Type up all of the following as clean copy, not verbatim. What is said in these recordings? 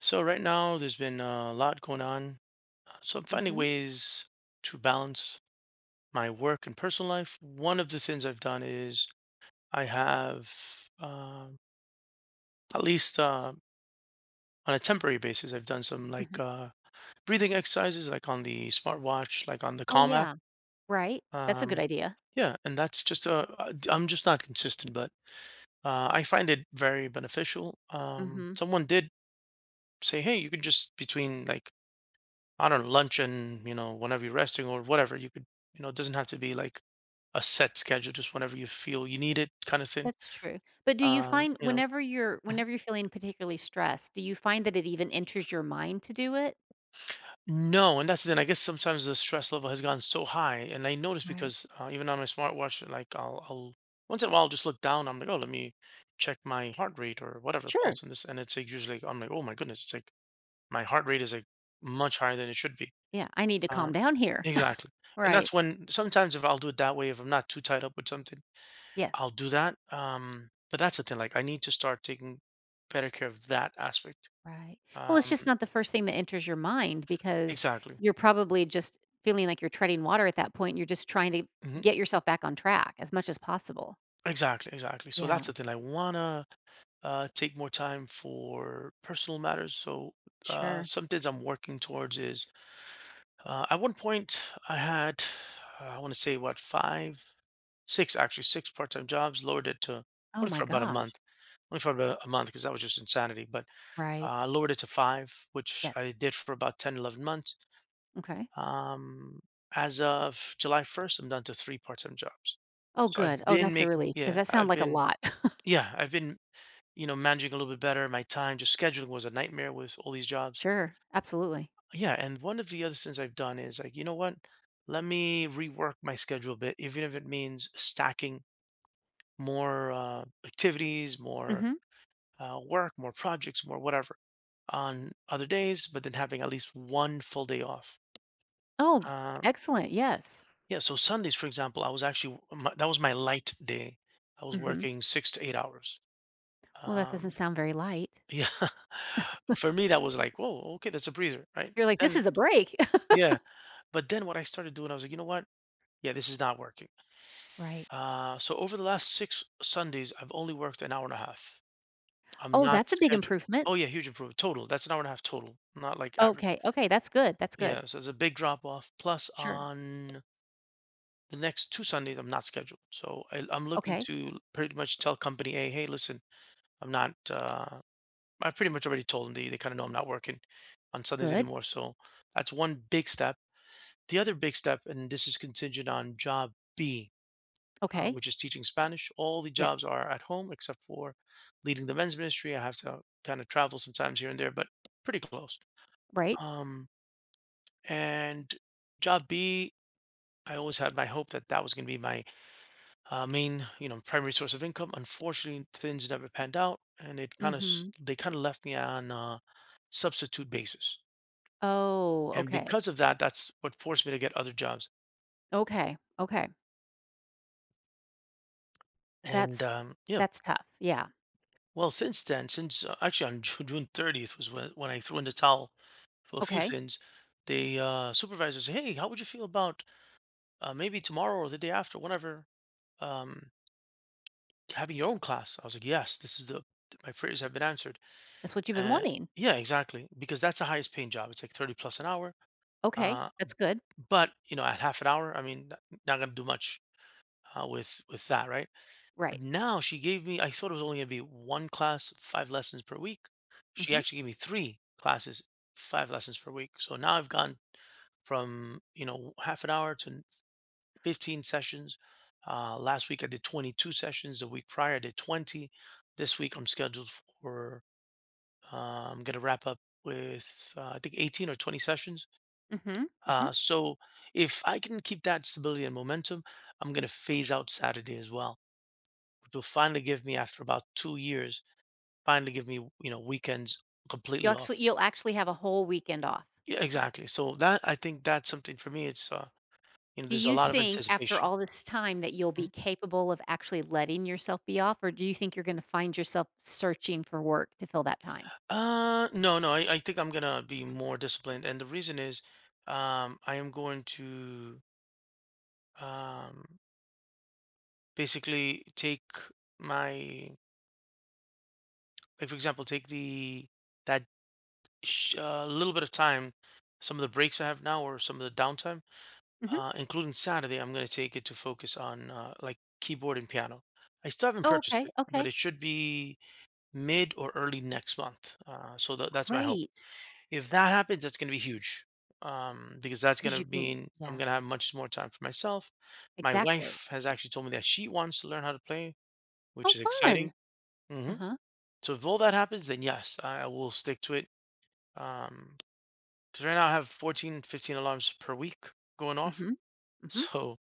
So right now, there's been a lot going on. So I'm finding Mhm, ways to balance my work and personal life. One of the things I've done is I have, um at least on a temporary basis, I've done some like mhm. Breathing exercises, like on the smartwatch, like on the Oh, Calm app. yeah, right? That's a good Um, idea. yeah, and that's just I'm just not consistent, but I find it very beneficial. Mhm, Someone did say, hey, you could just between like I don't know, luncheon, whenever you're resting or whatever. You could, it doesn't have to be like a set schedule, just whenever you feel you need it kind of thing. that's true. But do you Um, find you know, whenever you're feeling particularly stressed, do you find that it even enters your mind to do it? no, and that's then I guess sometimes the stress level has gone so high. And I notice Right. because even on my smartwatch, like I'll once in a while just look down. I'm like, oh, let me check my heart rate or whatever the Sure. pulse and this. And it's like usually like, I'm like, oh my goodness, it's like my heart rate is like much higher than it should be. Yeah, I need to calm Um, down here. exactly. And Right. that's when sometimes if I'll do it that way, if I'm not too tied up with something I'll Yes. do that. But that's the thing. Like, I need to start taking better care of that aspect. Right. Well, it's Um, just not the first thing that enters your mind because exactly. you're probably just feeling like you're treading water at that point. You're just trying to hmm get yourself back on track as much as possible. Exactly. Exactly. So that's Yeah, the thing. I wanna take more time for personal matters. So sure. some things I'm working towards is at one point I had I want to say what five, six actually six part-time jobs. Lowered it to Oh only my for about a gosh. month. Only for about a month because that was just insanity. But I Right. lowered it to five, which Yes. I did for about 10, 11 months. Okay. Um, as of July 1st, I'm down to 3 part-time jobs. Oh, So I've good. Oh, been that's a making relief. Because that sounds like a lot. I've been, managing a little bit better my time, just scheduling was a nightmare with all these jobs. Sure, absolutely. Yeah, and one of the other things I've done is like, you know what? Let me rework my schedule a bit, even if it means stacking more activities, more Mhm. Work, more projects, more whatever on other days, but then having at least one full day off. Oh, Um, excellent, yes. Yeah, so Sundays, for example, I was actually my, that was my light day. I was Mhm. working 6 to 8 hours. Well, that doesn't Um, sound very light. yeah, for me that was like, whoa, okay, that's a breather, right? You're But like, "This then, is a break." yeah, but then what I started doing, I was like, you know what? Yeah, this is not working. Right. So over the last six Sundays, I've only worked an hour and a half. I'm Oh, not that's a big scheduled. improvement. Oh yeah, huge improvement total. That's an hour and a half total, not like average. Okay, okay, that's good, that's good. Yeah, so it's a big drop off. Plus Sure. on the next two Sundays I'm not scheduled. So I'm looking Okay, to pretty much tell company A, hey, listen, I'm not. I've pretty much already told them. They kind of know I'm not working on Sundays good. anymore. So that's one big step. The other big step, and this is contingent on job B, Okay. which is teaching Spanish. All the jobs Yes. are at home except for leading the men's ministry. I have to kind of travel sometimes here and there, but pretty close. Right. Um, and job B, I always had my hope that that was going to be my main you know primary source of income. Unfortunately, things never panned out, and it kind of Mhm. they kind of left me on a substitute basis. Oh, And okay. because of that, that's what forced me to get other jobs. Okay, okay. And That's yeah, that's tough, yeah. well, since then, since actually on June 30th was when I threw in the towel for a few Okay. things. The supervisor said, "Hey, how would you feel about maybe tomorrow or the day after, whatever, um, having your own class?" I was like, "Yes, this is the my prayers have been answered." That's what you've been Uh, wanting. yeah, exactly. Because that's the highest paying job. It's like 30 plus an hour. Okay, Uh, that's good. but you know, at half an hour, I mean, not gonna do much with with that, right? But Right. now she gave me. I thought it was only gonna be one class, five lessons per week. She Mhm, actually gave me three classes, five lessons per week. So now I've gone from you know half an hour to 15 sessions. Last week I did 22 sessions. The week prior I did 20. This week I'm scheduled for I'm gonna wrap up with I think 18 or 20 sessions. mhm, mhm. So if I can keep that stability and momentum, I'm gonna phase out Saturday as well, which will finally give me after about 2 years, finally give me you know weekends You'll completely actually off. you'll actually have a whole weekend off. Yeah, exactly. So that I think that's something for me. It's you know Do there's a you lot of think after anticipation. all this time that you'll be Mhm. capable of actually letting yourself be off, or do you think you're gonna find yourself searching for work to fill that time? No, no. I think I'm gonna be more disciplined, and the reason is, I am going to um basically take my like for example, take the that little bit of time, some of the breaks I have now, or some of the downtime, Mhm. Including Saturday, I'm going to take it to focus on like keyboard and piano. I still haven't Oh, purchased okay, it, but okay. it should be mid or early next month. So that's my hope. Great, If that happens, that's going to be huge because that's going because you to can mean I'm yeah, going to have much more time for myself. My exactly. wife has actually told me that she wants to learn how to play, Oh, which is exciting. fun. hmm Uh-huh. so if all that happens, then yes, I will stick to it. Um, because right now I have 14, 15 alarms per week going off. Mhm. Mhm. So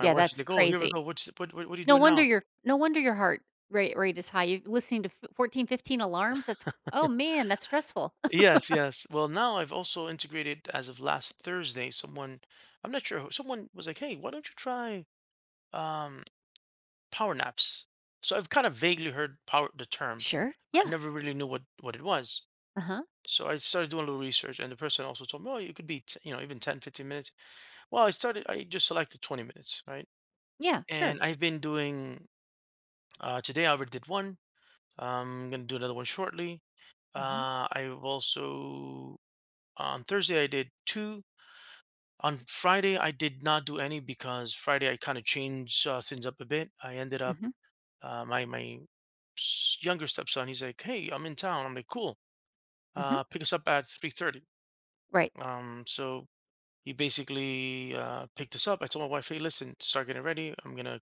my wife's that's like, "Oh, here we crazy. go. What are you No doing wonder now?" your no wonder your heart rate is high. You're listening to f 14, 15 alarms, that's oh, man, that's stressful. Yes, yes. Well, now I've also integrated as of last Thursday. Someone, I'm not sure who, someone was like, "Hey, why don't you try um power naps?" So I've kind of vaguely heard power the term. Sure, I yeah. never really knew what it was. Uh-huh. So I started doing a little research, and the person also told me, "Oh, it could be you know even 10, 15 minutes." Well, I started. I just selected 20 minutes, right? Yeah, sure. And I've been doing today I already did one. I'm gonna do another one shortly. Mhm, I've also On Thursday I did two. On Friday I did not do any because Friday I kind of changed things up a bit. I ended up mhm, my my s- younger stepson. He's like, "Hey, I'm in town." I'm like, "Cool. mhm. Pick us up at 3:30." Right. So he basically picked us up. I told my wife, "Hey, listen, start getting ready. I'm gonna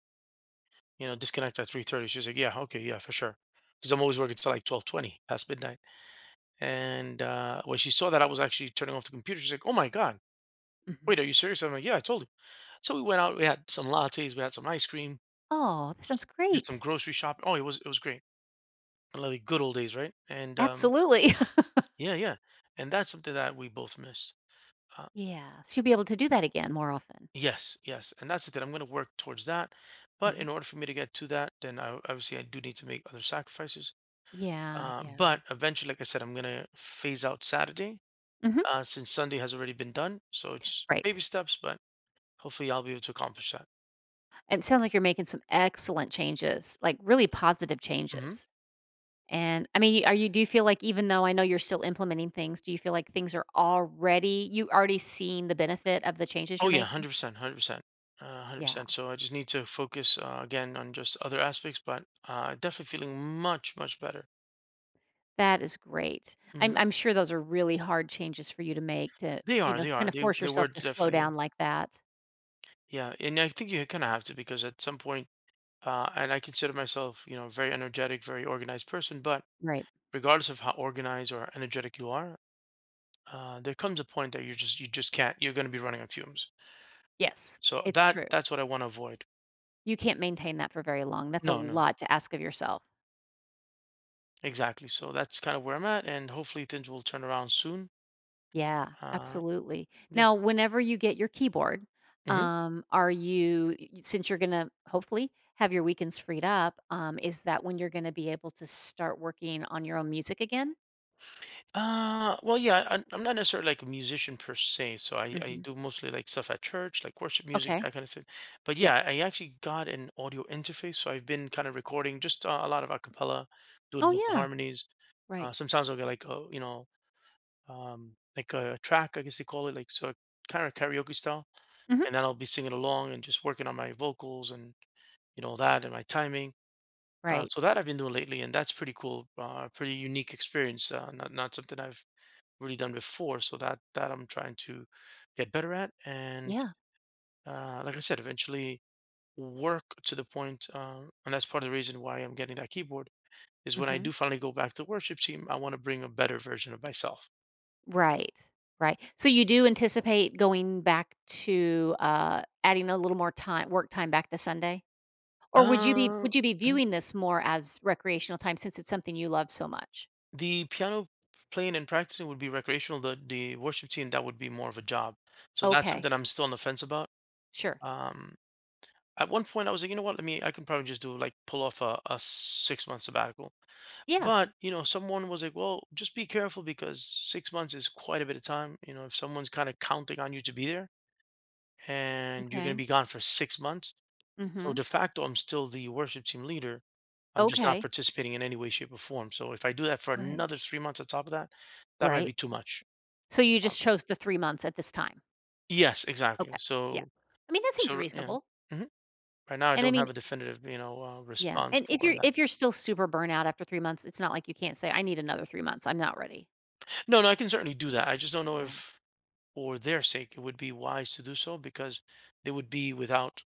you know disconnect at 3:30." She's like, "Yeah, okay, yeah, for sure." Because I'm always working till like 12:20 past midnight. And when she saw that I was actually turning off the computer, she's like, "Oh my god, Mhm. wait, are you serious?" I'm like, "Yeah, I told you." So we went out. We had some lattes. We had some ice cream. Oh, that sounds Did some great. grocery shopping. Oh, it was great. One good old days, right? And Absolutely. yeah, yeah. And that's something that we both miss. Uh, Yeah, so you'll be able to do that again more often. yes, yes. And that's the thing. I'm going to work towards that. But Mhm. in order for me to get to that, then obviously I do need to make other sacrifices. Yeah, yeah. But eventually, like I said, I'm going to phase out Saturday Mhm. Since Sunday has already been done. So it's baby Great. steps, but hopefully, I'll be able to accomplish that. And it sounds like you're making some excellent changes, like, really positive hmm changes. And, I mean, are you do you feel like even though I know you're still implementing things, do you feel like things are already you already seen the benefit of the changes Oh you're yeah, making? 100%, 100%, hundred Yeah, percent. So I just need to focus again on just other aspects, but definitely feeling much much better. that is great. I'm hmm I'm sure those are really hard changes for you to make to, They you are, know, they kind are, of force they were yourself to slow definitely, yeah. down like that. Yeah. And I think you kind of have to because at some point, and I consider myself, you know, a very energetic, very organized person. But Right. regardless of how organized or energetic you are, there comes a point that you just can't. You're going to be running on fumes. Yes, So it's true. that's what I want to avoid. You can't maintain that for very long. That's a No, no. lot to ask of yourself. Exactly. So that's kind of where I'm at, and hopefully things will turn around soon. Yeah, Uh, absolutely. yeah. Now, whenever you get your keyboard, hmm are you y since you're gonna hopefully have your weekends freed up, is that when you're gonna be able to start working on your own music again? Well, yeah, I'm not necessarily like a musician per se, so I Mhm. do mostly like stuff at church, like worship music, Okay. that kind of thing. But Yeah. yeah, I actually got an audio interface, so I've been kind of recording just a lot of a cappella, doing Oh, vocal yeah. harmonies. Right. Sometimes I'll get like a, like a track, I guess they call it, like so kind of karaoke style, Mhm. and then I'll be singing along and just working on my vocals and you know that and my timing. So Right. that I've been doing lately, and that's pretty cool. Pretty unique experience. Not something I've really done before. So that I'm trying to get better at, and Yeah. Like I said, eventually work to the point. And that's part of the reason why I'm getting that keyboard is when I Mhm. do finally go back to worship team, I want to bring a better version of myself. Right. Right. So you do anticipate going back to, adding a little more time work time back to Sunday? Or would you be Uh, would you be mm, viewing this more as recreational time since it's something you love so much? the piano playing and practicing would be recreational. The worship team, that would be more of a job. So that's Okay, something I'm still on the fence about. sure. Um, At one point, I was like, you know what? Let me. I can probably just do like pull off a 6 month sabbatical. Yeah, But you know, someone was like, well, just be careful because 6 months is quite a bit of time. You know, if someone's kind of counting on you to be there, and you're going okay. to be gone for 6 months, so Mhm. de facto, I'm still the worship team leader. I'm just not Okay. participating in any way, shape, or form. So if I do that for Right. another 3 months on top of that, that might be Right. too much. So you just chose the 3 months at this time? Yes, Okay, exactly. yeah. So, I mean, that seems so yeah. reasonable. hmm Right now, I And I don't mean have a definitive, yeah, response and if for you're that. if you're still super burnout after 3 months, it's not like you can't say, "I need another 3 months, I'm not ready." No, no, I can certainly do that. I just don't know Yeah. if, for their sake, it would be wise to do so because they would be without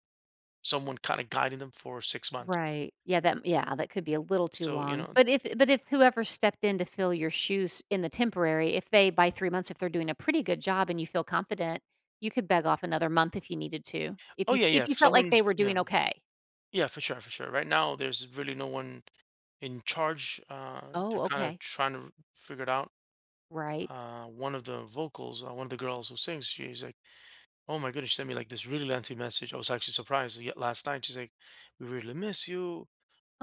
someone kind of guiding them for 6 months. Right. Yeah, that yeah, that could be a little too So, you long. know, But if whoever stepped in to fill your shoes in the temporary, if they by 3 months, if they're doing a pretty good job and you feel confident, you could beg off another month if you needed to. If oh, you yeah, yeah. if you If felt like they someone's, were yeah, doing okay. yeah, for sure, for sure. Right now, there's really no one in charge. Oh, They're kind of okay. trying to figure it out. Right. One of the vocals, one of the girls who sings, she's like, "Oh my goodness!" She sent me like this really lengthy message. I was actually surprised. Yet last night, she's like, "We really miss you.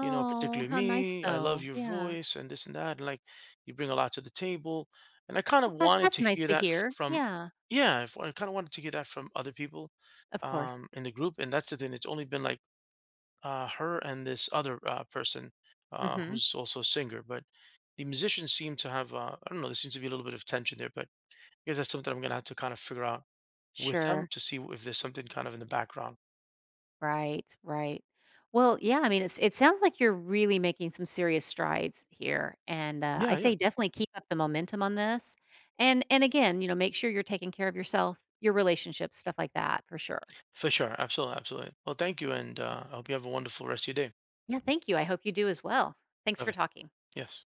You know, particularly how nice me. I love though. your Yeah. voice and this and that. And like, you bring a lot to the table. And I kind of Well, gosh, wanted that's to nice hear to that hear. from," Yeah. yeah, I kind of wanted to hear that from other people Of course. In the group. And that's the thing. It's only been like her and this other person Mhm. who's also a singer. But the musicians seem to have, I don't know, there seems to be a little bit of tension there. But I guess that's something I'm going to have to kind of figure out with them Sure. to see if there's something kind of in the background. Right, right. Well, yeah, I mean, it sounds like you're really making some serious strides here, and, I Yeah, yeah, say definitely keep up the momentum on this, and again, you know, make sure you're taking care of yourself, your relationships, stuff like that, for sure. for sure. Absolutely, absolutely. Well, thank you. And Yeah. I hope you have a wonderful rest of your day. Yeah, thank you, I hope you do as well. Thanks for Okay. talking. Yes.